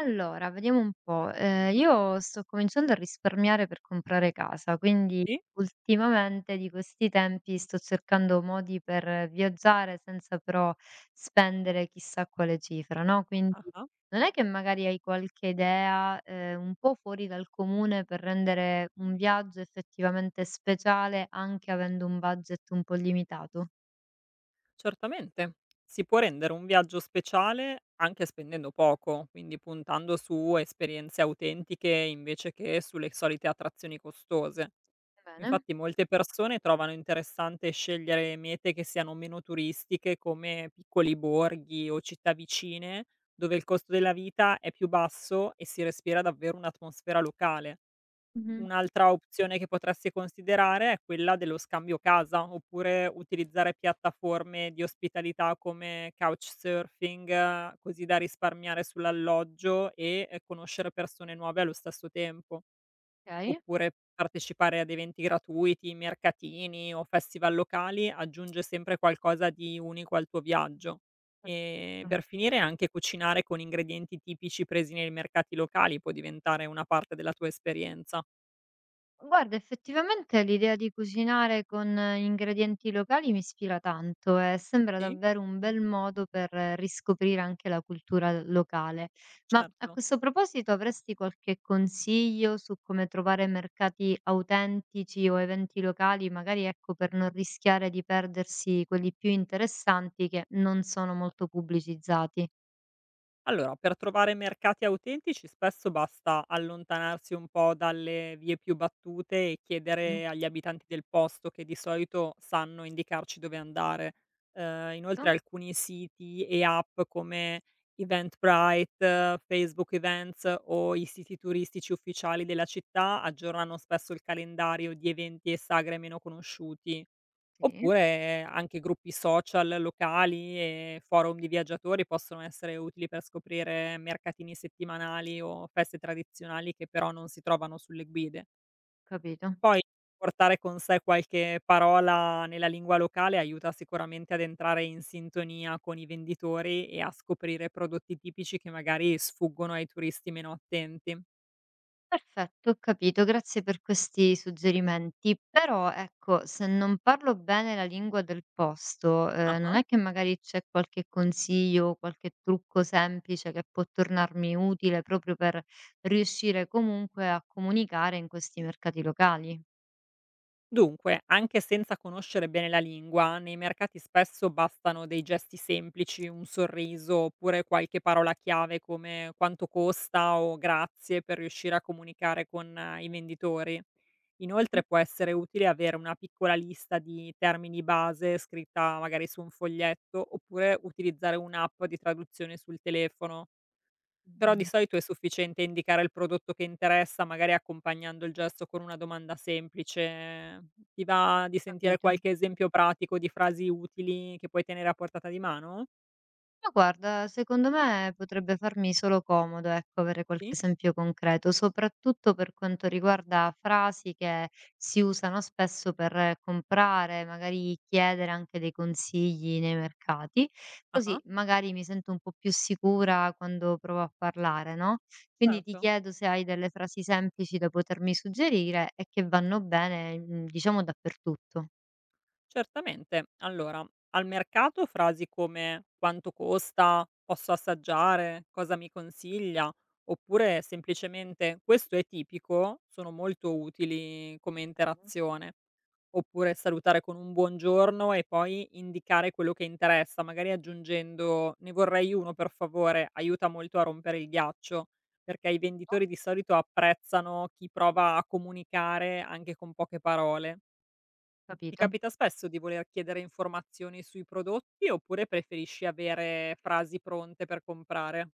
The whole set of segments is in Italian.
Allora, vediamo un po'. Io sto cominciando a risparmiare per comprare casa, quindi Sì, ultimamente di questi tempi sto cercando modi per viaggiare senza però spendere chissà quale cifra, no, quindi ah-ah, non è che magari hai qualche idea, un po' fuori dal comune per rendere un viaggio effettivamente speciale anche avendo un budget un po' limitato? certamente. Si può rendere un viaggio speciale anche spendendo poco, quindi puntando su esperienze autentiche invece che sulle solite attrazioni costose. Bene. Infatti molte persone trovano interessante scegliere mete che siano meno turistiche come piccoli borghi o città vicine, dove il costo della vita è più basso e si respira davvero un'atmosfera locale. Mh-mh. Un'altra opzione che potresti considerare è quella dello scambio casa, oppure utilizzare piattaforme di ospitalità come couchsurfing, così da risparmiare sull'alloggio e conoscere persone nuove allo stesso tempo, Okay. oppure partecipare ad eventi gratuiti, mercatini o festival locali aggiunge sempre qualcosa di unico al tuo viaggio. E Perfetto. per finire anche cucinare con ingredienti tipici presi nei mercati locali può diventare una parte della tua esperienza. Guarda, effettivamente l'idea di cucinare con ingredienti locali mi ispira tanto e sembra Sì? davvero un bel modo per riscoprire anche la cultura locale. Ma a Certo. questo proposito, avresti qualche consiglio su come trovare mercati autentici o eventi locali, magari ecco, per non rischiare di perdersi quelli più interessanti che non sono molto pubblicizzati? Allora, per trovare mercati autentici spesso basta allontanarsi un po' dalle vie più battute e Mm, chiedere agli abitanti del posto che di solito sanno indicarci dove andare. Eh, no? inoltre alcuni siti e app come Eventbrite, Facebook Events o i siti turistici ufficiali della città aggiornano spesso il calendario di eventi e sagre meno conosciuti. Sì, Oppure anche gruppi social locali e forum di viaggiatori possono essere utili per scoprire mercatini settimanali o feste tradizionali che però non si trovano sulle guide. capito. Poi portare con sé qualche parola nella lingua locale aiuta sicuramente ad entrare in sintonia con i venditori e a scoprire prodotti tipici che magari sfuggono ai turisti meno attenti. Perfetto, ho capito, grazie per questi suggerimenti. Però ecco, se non parlo bene la lingua del posto, Ah non ah. è che magari c'è qualche consiglio, qualche trucco semplice che può tornarmi utile proprio per riuscire comunque a comunicare in questi mercati locali? Dunque, anche senza conoscere bene la lingua, nei mercati spesso bastano dei gesti semplici, un sorriso oppure qualche parola chiave come quanto costa o grazie per riuscire a comunicare con i venditori. Inoltre Sì, può essere utile avere una piccola lista di termini base scritta magari su un foglietto oppure utilizzare un'app di traduzione sul telefono. Però di bene, ho solito è sufficiente indicare il prodotto che interessa, magari accompagnando il gesto con una domanda semplice. Ti va di sentire capito. qualche esempio pratico di frasi utili che puoi tenere a portata di mano? Ma guarda, secondo me potrebbe farmi solo comodo, ecco, avere qualche Sì? esempio concreto, soprattutto per quanto riguarda frasi che si usano spesso per comprare, magari chiedere anche dei consigli nei mercati, Ah-ah, così magari mi sento un po' più sicura quando provo a parlare, no? Quindi ti certo. chiedo se hai delle frasi semplici da potermi suggerire e che vanno bene, mm, diciamo, dappertutto. Certamente. Allora, al mercato frasi come quanto costa, posso assaggiare, cosa mi consiglia, oppure semplicemente questo è tipico, sono molto utili come interazione. Oppure salutare con un buongiorno e poi indicare quello che interessa, magari aggiungendo ne vorrei uno per favore, aiuta molto a rompere il ghiaccio, perché i venditori di solito apprezzano chi prova a comunicare anche con poche parole. Ti Capito? capita spesso di voler chiedere informazioni sui prodotti oppure preferisci avere frasi pronte per comprare?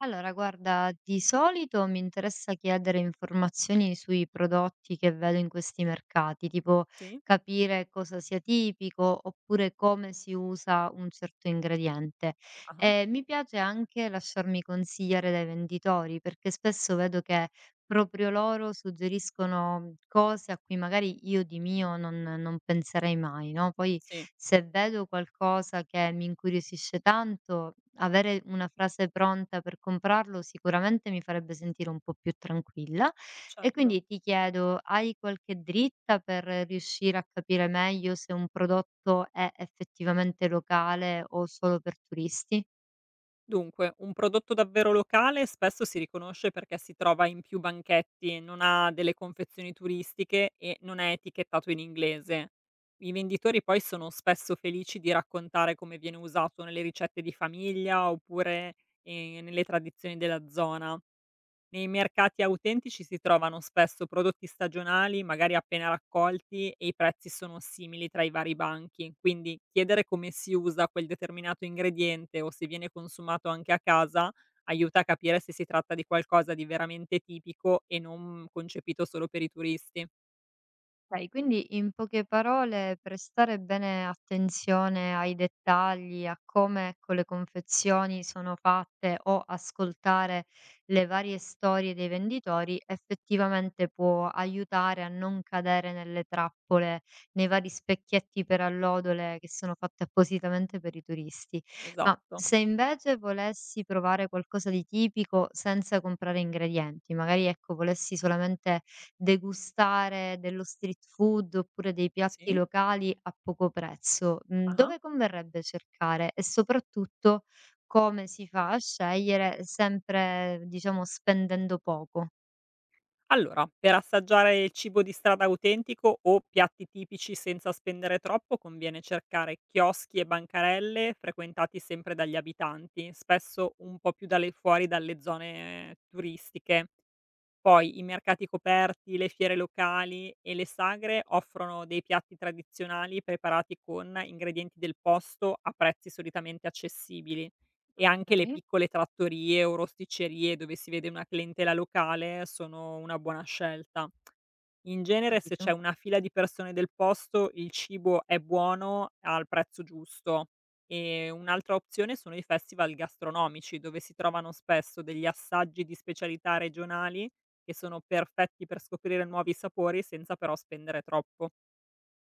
Allora, guarda, di solito mi interessa chiedere informazioni sui prodotti che vedo in questi mercati, tipo Sì? capire cosa sia tipico oppure come si usa un certo ingrediente. Ah-ah. E mi piace anche lasciarmi consigliare dai venditori, perché spesso vedo che proprio loro suggeriscono mhmm, cose a cui magari io di mio non penserei mai, no, poi Sì, se vedo qualcosa che mi incuriosisce tanto, avere una frase pronta per comprarlo sicuramente mi farebbe sentire un po' più tranquilla. E certo. quindi ti chiedo: hai qualche dritta per riuscire a capire meglio se un prodotto è effettivamente locale o solo per turisti? Dunque, un prodotto davvero locale spesso si riconosce perché si trova in più banchetti, non ha delle confezioni turistiche e non è etichettato in inglese. I venditori poi sono spesso felici di raccontare come viene usato nelle ricette di famiglia oppure, nelle tradizioni della zona. Nei mercati autentici si trovano spesso prodotti stagionali, magari appena raccolti, e i prezzi sono simili tra i vari banchi, quindi chiedere come si usa quel determinato ingrediente o se viene consumato anche a casa aiuta a capire se si tratta di qualcosa di veramente tipico e non concepito solo per i turisti. Okay, quindi in poche parole prestare bene attenzione ai dettagli, a come, ecco, le confezioni sono fatte o ascoltare le varie storie dei venditori effettivamente può aiutare a non cadere nelle trappole, nei vari specchietti per allodole che sono fatte appositamente per i turisti. Ma Esatto. se invece volessi provare qualcosa di tipico senza comprare ingredienti, magari, ecco, volessi solamente degustare dello street food oppure dei piatti Sì. locali a poco prezzo, mhmm, Ah-ah. dove converrebbe cercare? E soprattutto come si fa a scegliere sempre, diciamo, spendendo poco? Allora, per assaggiare il cibo di strada autentico o piatti tipici senza spendere troppo, conviene cercare chioschi e bancarelle frequentati sempre dagli abitanti, spesso un po' più fuori dalle zone turistiche. Poi i mercati coperti, le fiere locali e le sagre offrono dei piatti tradizionali preparati con ingredienti del posto a prezzi solitamente accessibili e anche le Okay, piccole trattorie o rosticcerie dove si vede una clientela locale sono una buona scelta. In ho genere se c'è capito. una fila di persone del posto, il cibo è buono al prezzo giusto. E un'altra opzione sono i festival gastronomici, dove si trovano spesso degli assaggi di specialità regionali che sono perfetti per scoprire nuovi sapori senza però spendere troppo.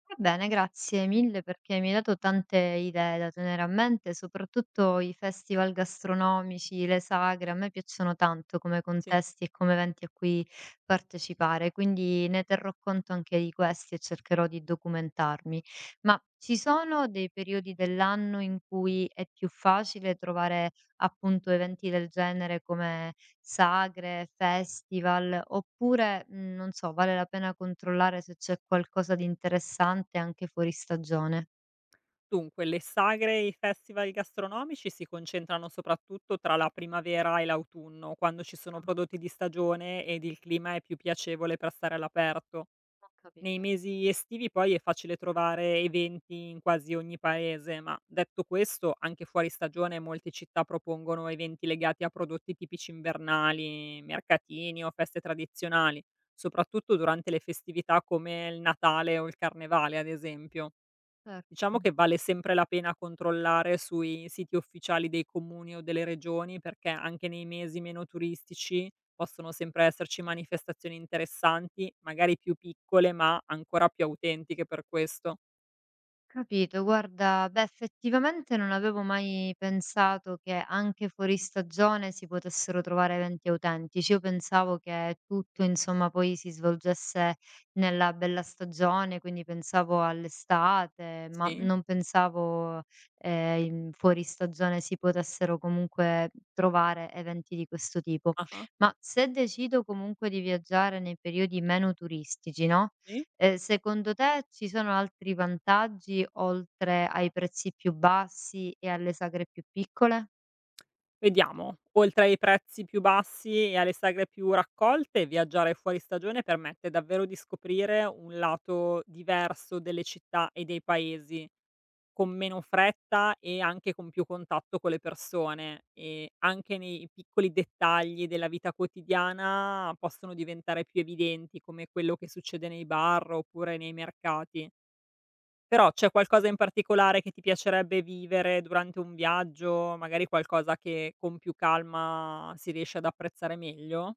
Va bene, grazie mille perché mi hai dato tante idee da tenere a mente, soprattutto i festival gastronomici, le sagre, a me piacciono tanto come Sì. contesti e come eventi a cui partecipare, quindi ne terrò conto anche di questi e cercherò di documentarmi. Ma ci sono dei periodi dell'anno in cui è più facile trovare appunto eventi del genere come sagre, festival, oppure, mhmm, non so, vale la pena controllare se c'è qualcosa di interessante anche fuori stagione? Dunque, le sagre e i festival gastronomici si concentrano soprattutto tra la primavera e l'autunno, quando ci sono Ah, prodotti di stagione ed il clima è più piacevole per stare all'aperto. ho Nei capito. mesi estivi poi è facile trovare eventi in quasi ogni paese, ma detto questo, anche fuori stagione molte città propongono eventi legati a prodotti tipici invernali, mercatini o feste tradizionali, soprattutto durante le festività come il Natale o il Carnevale, ad esempio. Diciamo Certo. che vale sempre la pena controllare sui siti ufficiali dei comuni o delle regioni, perché anche nei mesi meno turistici possono sempre esserci manifestazioni interessanti, magari più piccole, ma ancora più autentiche per questo. Capito, guarda, beh, effettivamente non avevo mai pensato che anche fuori stagione si potessero trovare eventi autentici. Io pensavo che tutto, insomma, poi si svolgesse nella bella stagione, quindi pensavo all'estate, ma Sì, non pensavo fuori stagione si potessero comunque trovare eventi di questo tipo. ah-ah, Ma se decido comunque di viaggiare nei periodi meno turistici, no? sì. Secondo te ci sono altri vantaggi oltre ai prezzi più bassi e alle sagre più piccole? Vediamo, oltre ai prezzi più bassi e alle sagre più raccolte, viaggiare fuori stagione permette davvero di scoprire un lato diverso delle città e dei paesi. Con meno fretta e anche con più contatto con le persone, anche nei piccoli dettagli della vita quotidiana possono diventare più evidenti, come quello che succede nei bar oppure nei mercati. Però c'è qualcosa in particolare che ti piacerebbe vivere durante un viaggio, magari qualcosa che con più calma si riesce ad apprezzare meglio?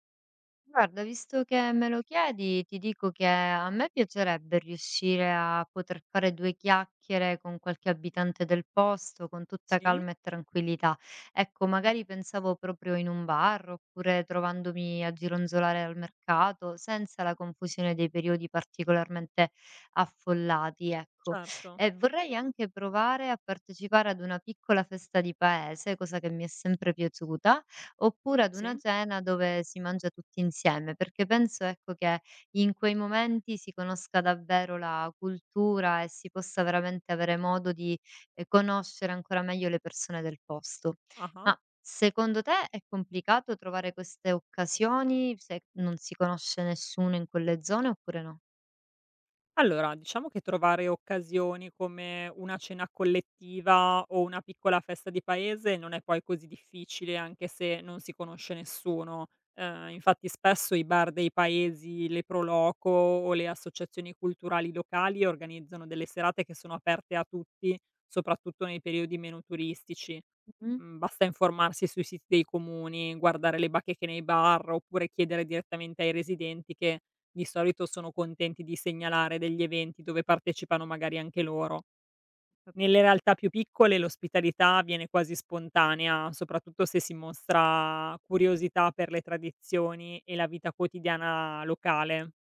Guarda, visto che me lo chiedi, ti dico che a me piacerebbe riuscire a poter fare due chiacchiere con qualche abitante del posto con tutta Sì, calma e tranquillità. Ecco, magari pensavo proprio in un bar oppure trovandomi a gironzolare al mercato, senza la confusione dei periodi particolarmente affollati, ecco. certo. E vorrei anche provare a partecipare ad una piccola festa di paese, cosa che mi è sempre piaciuta. Oppure ad una Sì. cena dove si mangia tutti insieme, perché penso, ecco, che in quei momenti si conosca davvero la cultura e si possa veramente avere modo di, conoscere ancora meglio le persone del posto. Ah-ah. Ma secondo te è complicato trovare queste occasioni se non si conosce nessuno in quelle zone oppure no? Allora, diciamo che trovare occasioni come una cena collettiva o una piccola festa di paese non è poi così difficile, anche se non si conosce nessuno. Infatti spesso i bar dei paesi, le pro loco o le associazioni culturali locali organizzano delle serate che sono aperte a tutti, soprattutto nei periodi meno turistici. Mh-mh. Basta informarsi sui siti dei comuni, guardare le bacheche nei bar oppure chiedere direttamente ai residenti che di solito sono contenti di segnalare degli eventi dove partecipano magari anche loro. Nelle realtà più piccole l'ospitalità viene quasi spontanea, soprattutto se si mostra curiosità per le tradizioni e la vita quotidiana locale.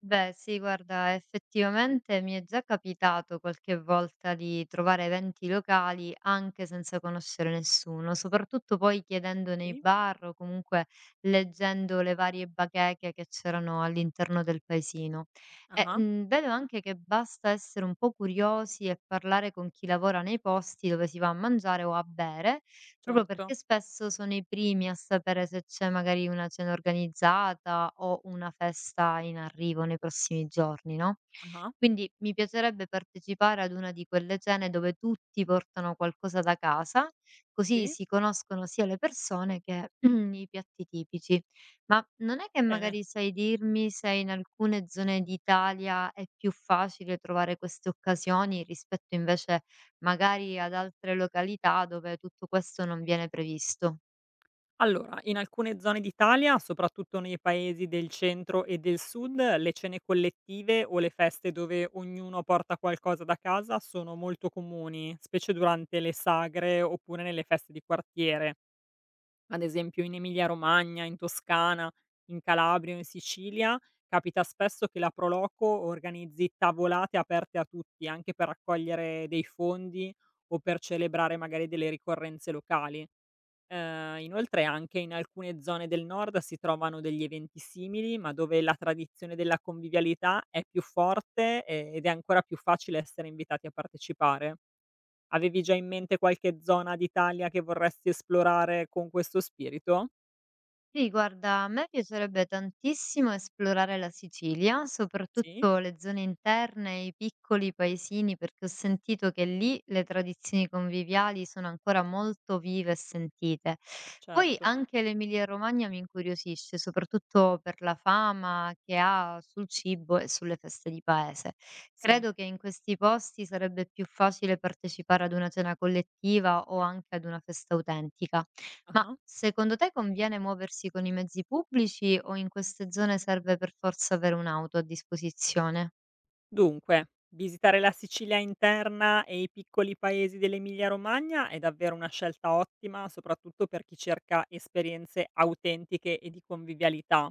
Beh, sì, guarda, effettivamente mi è già capitato qualche volta di trovare eventi locali anche senza conoscere nessuno, soprattutto poi chiedendo nei Sì. bar o comunque leggendo le varie bacheche che c'erano all'interno del paesino. E, Ah-ah, vedo anche che basta essere un po' curiosi e parlare con chi lavora nei posti dove si va a mangiare o a bere, proprio certo. perché spesso sono i primi a sapere se c'è magari una cena organizzata o una festa in arrivo nei prossimi giorni, no? Ah-ah, Quindi mi piacerebbe partecipare ad una di quelle cene dove tutti portano qualcosa da casa, così sì, si conoscono sia le persone che i piatti tipici. Ma non è che bene. magari sai dirmi se in alcune zone d'Italia è più facile trovare queste occasioni rispetto invece magari ad altre località dove tutto questo non viene previsto. Allora, in alcune zone d'Italia, soprattutto nei paesi del centro e del sud, le cene collettive o le feste dove ognuno porta qualcosa da casa sono molto comuni, specie durante le sagre oppure nelle feste di quartiere. Ad esempio in Emilia-Romagna, in Toscana, in Calabria o in Sicilia capita spesso che la Proloco organizzi tavolate aperte a tutti, anche per raccogliere dei fondi o per celebrare magari delle ricorrenze locali. Inoltre anche in alcune zone del nord si trovano degli eventi simili, ma dove la tradizione della convivialità è più forte, ed è ancora più facile essere invitati a partecipare. Avevi già in mente qualche zona d'Italia che vorresti esplorare con questo spirito? Sì, guarda, a me piacerebbe tantissimo esplorare la Sicilia, Sì? soprattutto le zone interne, i piccoli paesini, perché ho sentito che lì le tradizioni conviviali sono ancora molto vive e sentite. Poi Certo. anche l'Emilia-Romagna mi incuriosisce, soprattutto per la fama che ha sul cibo e sulle feste di paese. Sì. Credo che in questi posti sarebbe più facile partecipare ad una cena collettiva o anche ad una festa autentica. Ma Ah-ah. secondo te conviene muoversi con i mezzi pubblici o in queste zone serve per forza avere un'auto a disposizione? Dunque, visitare la Sicilia interna e i piccoli paesi dell'Emilia Romagna è davvero una scelta ottima, soprattutto per chi cerca esperienze autentiche e di convivialità.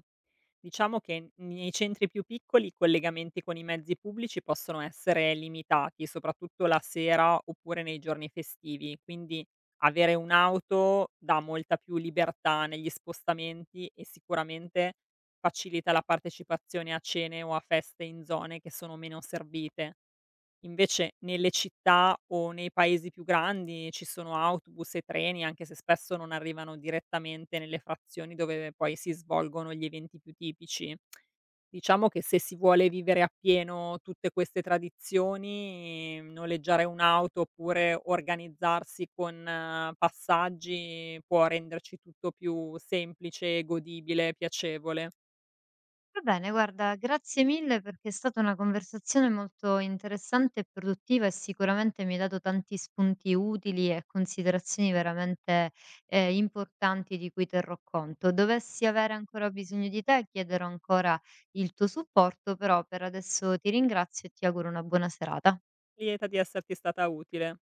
Diciamo che nei centri più piccoli i collegamenti con i mezzi pubblici possono essere limitati, soprattutto la sera oppure nei giorni festivi, quindi avere un'auto dà molta più libertà negli spostamenti e sicuramente facilita la partecipazione a cene o a feste in zone che sono meno servite. Invece nelle città o nei paesi più grandi ci sono autobus e treni, anche se spesso non arrivano direttamente nelle frazioni dove poi si svolgono gli eventi più tipici. Diciamo che se si vuole vivere appieno tutte queste tradizioni, noleggiare un'auto oppure organizzarsi con passaggi può renderci tutto più semplice, godibile, piacevole. Va bene, guarda, grazie mille perché è stata una conversazione molto interessante e produttiva e sicuramente mi hai dato tanti spunti utili e considerazioni veramente importanti di cui terrò conto. Dovessi avere ancora bisogno di te, chiederò ancora il tuo supporto, però per adesso ti ringrazio e ti auguro una buona serata. Lieta di esserti stata utile.